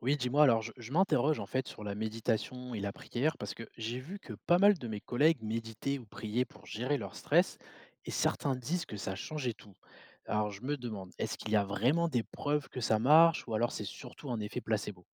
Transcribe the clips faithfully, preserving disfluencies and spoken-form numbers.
Oui, dis-moi, alors je, je m'interroge en fait sur la méditation et la prière parce que j'ai vu que pas mal de mes collègues méditaient ou priaient pour gérer leur stress et certains disent que ça changeait tout. Alors je me demande, est-ce qu'il y a vraiment des preuves que ça marche ou alors c'est surtout un effet placebo?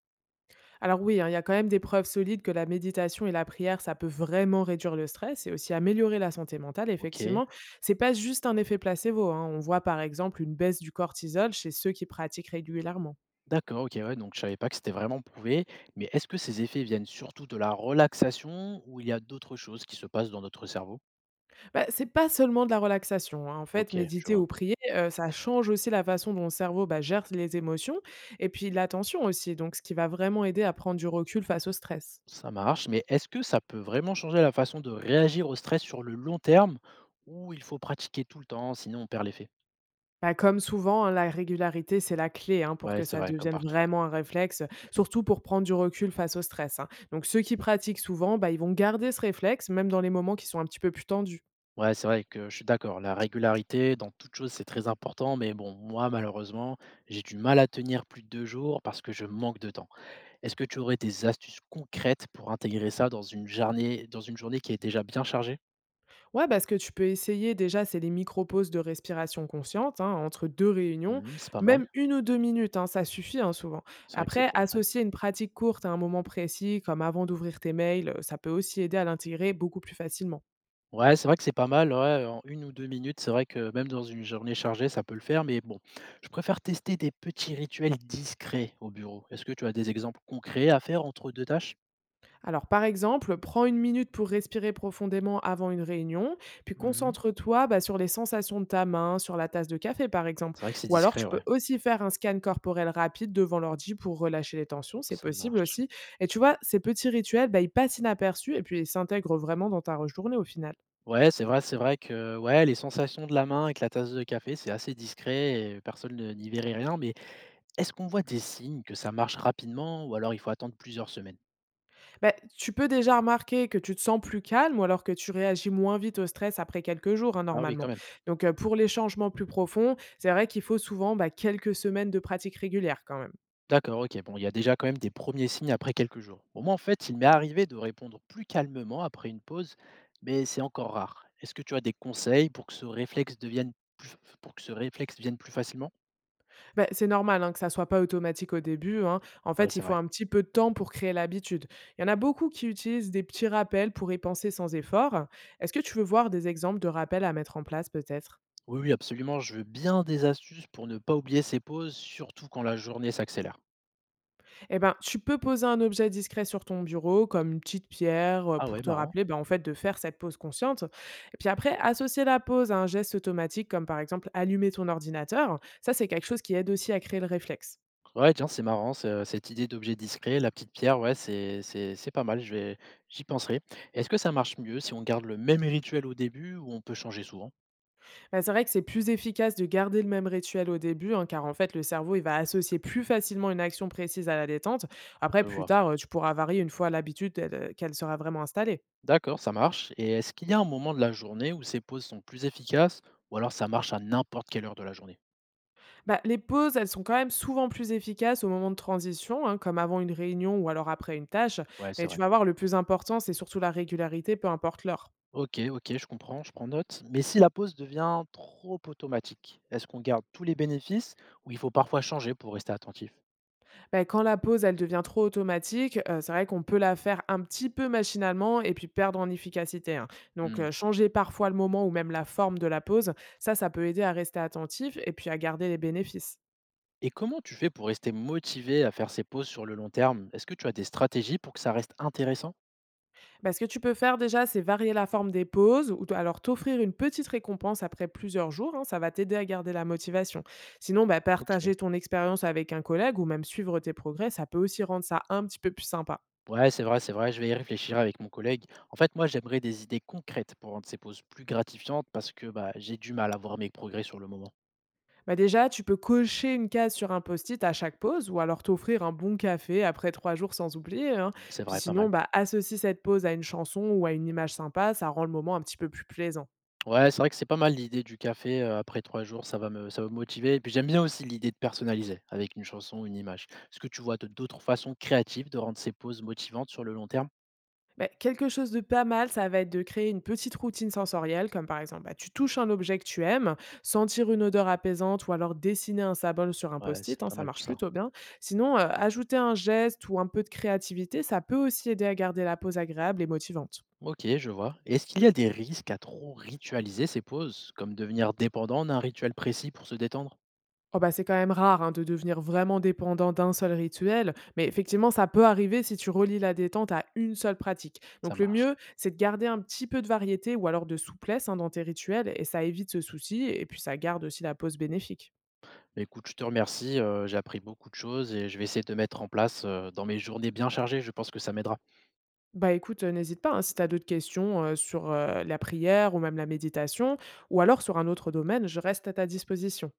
Alors oui, hein, il y a quand même des preuves solides que la méditation et la prière, ça peut vraiment réduire le stress et aussi améliorer la santé mentale. Ok, Effectivement, c'est pas juste un effet placebo, hein. On voit par exemple une baisse du cortisol chez ceux qui pratiquent régulièrement. d'accord, ok, ouais, donc je savais pas que c'était vraiment prouvé, mais est-ce que ces effets viennent surtout de la relaxation ou il y a d'autres choses qui se passent dans notre cerveau? Bah, c'est pas seulement de la relaxation, hein. En fait, Ok, je méditer vois. ou prier, euh, ça change aussi la façon dont le cerveau bah, gère les émotions et puis l'attention aussi. Donc, ce qui va vraiment aider à prendre du recul face au stress. Ça marche, mais est-ce que ça peut vraiment changer la façon de réagir au stress sur le long terme ou il faut pratiquer tout le temps, sinon on perd l'effet? Bah, comme souvent, hein, la régularité, c'est la clé hein, pour Ouais, que c'est ça vrai, comme devienne partout. vraiment un réflexe, surtout pour prendre du recul face au stress, hein. Donc, ceux qui pratiquent souvent, bah, ils vont garder ce réflexe, même dans les moments qui sont un petit peu plus tendus. Ouais, c'est vrai que je suis d'accord. La régularité dans toute chose, c'est très important, mais bon, moi, malheureusement, j'ai du mal à tenir plus de deux jours parce que je manque de temps. Est-ce que tu aurais des astuces concrètes pour intégrer ça dans une journée, dans une journée qui est déjà bien chargée? Ouais, parce que tu peux essayer déjà, c'est les micro-pauses de respiration consciente hein, entre deux réunions, Mhm, c'est pas mal. même une ou deux minutes, hein, ça suffit hein, souvent. C'est vrai que c'est Après, cool. associer une pratique courte à un moment précis, comme avant d'ouvrir tes mails, ça peut aussi aider à l'intégrer beaucoup plus facilement. Ouais, c'est vrai que c'est pas mal, ouais, en une ou deux minutes, c'est vrai que même dans une journée chargée, ça peut le faire, mais bon, je préfère tester des petits rituels discrets au bureau. Est-ce que tu as des exemples concrets à faire entre deux tâches? Alors, par exemple, prends une minute pour respirer profondément avant une réunion, puis Mhm. concentre-toi bah, sur les sensations de ta main, sur la tasse de café, par exemple. C'est vrai que c'est Ou alors, discret, tu ouais, peux aussi faire un scan corporel rapide devant l'ordi pour relâcher les tensions, c'est ça possible marche. aussi. Et tu vois, ces petits rituels, bah, ils passent inaperçus et puis ils s'intègrent vraiment dans ta journée au final. Ouais, c'est vrai, c'est vrai que ouais, les sensations de la main avec la tasse de café, c'est assez discret et personne ne- n'y verrait rien, mais est-ce qu'on voit des signes que ça marche rapidement ou alors il faut attendre plusieurs semaines? Bah, tu peux déjà remarquer que tu te sens plus calme ou alors que tu réagis moins vite au stress après quelques jours, hein, Ah oui, quand normalement. même. Donc, euh, pour les changements plus profonds, c'est vrai qu'il faut souvent bah, quelques semaines de pratique régulière quand même. D'accord, ok. Bon, il y a déjà quand même des premiers signes après quelques jours. Bon, moi, en fait, il m'est arrivé de répondre plus calmement après une pause, mais c'est encore rare. Est-ce que tu as des conseils pour que ce réflexe devienne plus, pour que ce réflexe vienne plus facilement. Ben c'est normal, hein, que ça soit pas automatique au début, hein. En Ouais, fait, c'est il faut vrai. un petit peu de temps pour créer l'habitude. Il y en a beaucoup qui utilisent des petits rappels pour y penser sans effort. Est-ce que tu veux voir des exemples de rappels à mettre en place peut-être? Oui, oui, absolument. Je veux bien des astuces pour ne pas oublier ces pauses, surtout quand la journée s'accélère. Eh ben, tu peux poser un objet discret sur ton bureau, comme une petite pierre, euh, Ah ouais, pour te marrant. rappeler, ben, en fait, de faire cette pause consciente. Et puis après, associer la pause à un geste automatique, comme par exemple allumer ton ordinateur. Ça, c'est quelque chose qui aide aussi à créer le réflexe. Ouais, tiens, c'est marrant, ce- cette idée d'objet discret, la petite pierre, ouais, c'est c'est- c'est pas mal, je vais, j'y penserai. Est-ce que ça marche mieux si on garde le même rituel au début ou on peut changer souvent? Bah, c'est vrai que c'est plus efficace de garder le même rituel au début, hein, car en fait, le cerveau, il va associer plus facilement une action précise à la détente. Après, Je plus vois. tard, euh, tu pourras varier une fois l'habitude elle, euh, qu'elle sera vraiment installée. D'accord, ça marche. Et est-ce qu'il y a un moment de la journée où ces pauses sont plus efficaces ou alors ça marche à n'importe quelle heure de la journée? Bah, les pauses, elles sont quand même souvent plus efficaces au moment de transition, hein, comme avant une réunion ou alors après une tâche. Ouais, c'est Mais tu vrai. vas voir, le plus important, c'est surtout la régularité, peu importe l'heure. Ok, ok, je comprends, je prends note. Mais si la pause devient trop automatique, est-ce qu'on garde tous les bénéfices ou il faut parfois changer pour rester attentif? Bah, quand la pause, elle devient trop automatique, heu, c'est vrai qu'on peut la faire un petit peu machinalement et puis perdre en efficacité, hein. Donc Hmm. heu, changer parfois le moment ou même la forme de la pause, ça, ça peut aider à rester attentif et puis à garder les bénéfices. Et comment tu fais pour rester motivé à faire ces pauses sur le long terme? Est-ce que tu as des stratégies pour que ça reste intéressant? Bah, ce que tu peux faire déjà, c'est varier la forme des pauses ou t alors t'offrir une petite récompense après plusieurs jours, hein, ça va t'aider à garder la motivation. Sinon, bah, Ok. partager ton expérience avec un collègue ou même suivre tes progrès, ça peut aussi rendre ça un petit peu plus sympa. Ouais, c'est vrai, c'est vrai, je vais y réfléchir avec mon collègue. En fait, moi, j'aimerais des idées concrètes pour rendre ces pauses plus gratifiantes parce que bah, j'ai du mal à voir mes progrès sur le moment. Bah déjà, tu peux cocher une case sur un post-it à chaque pause ou alors t'offrir un bon café après trois jours sans oublier, hein. C'est Puis vrai, pas mal. sinon, bah, associe cette pause à une chanson ou à une image sympa, ça rend le moment un petit peu plus plaisant. Ouais, c'est vrai que c'est pas mal l'idée du café euh, après trois jours, ça va me, ça va me motiver. Et puis j'aime bien aussi l'idée de personnaliser avec une chanson, une image. Est-ce que tu vois de- d'autres façons créatives de rendre ces pauses motivantes sur le long terme? Bah, quelque chose de pas mal, ça va être de créer une petite routine sensorielle, comme par exemple, bah, tu touches un objet que tu aimes, sentir une odeur apaisante ou alors dessiner un symbole sur un Ouais, post-it, c'est hein, pas ça mal tout marche ça. plutôt bien. Sinon, euh, ajouter un geste ou un peu de créativité, ça peut aussi aider à garder la pause agréable et motivante. Ok, je vois. Est-ce qu'il y a des risques à trop ritualiser ces pauses, comme devenir dépendant d'un rituel précis pour se détendre? Oh bah, c'est quand même rare, hein, de devenir vraiment dépendant d'un seul rituel, mais effectivement, ça peut arriver si tu relis la détente à une seule pratique. Ça Donc le marche. mieux, c'est de garder un petit peu de variété ou alors de souplesse, hein, dans tes rituels et ça évite ce souci et puis ça garde aussi la pause bénéfique. Bah, écoute, je te remercie, heu, j'ai appris beaucoup de choses et je vais essayer de mettre en place, heu, dans mes journées bien chargées, je pense que ça m'aidera. Bah écoute, heu, n'hésite pas, hein, si tu as d'autres questions, heu, sur, heu, la prière ou même la méditation ou alors sur un autre domaine, je reste à ta disposition.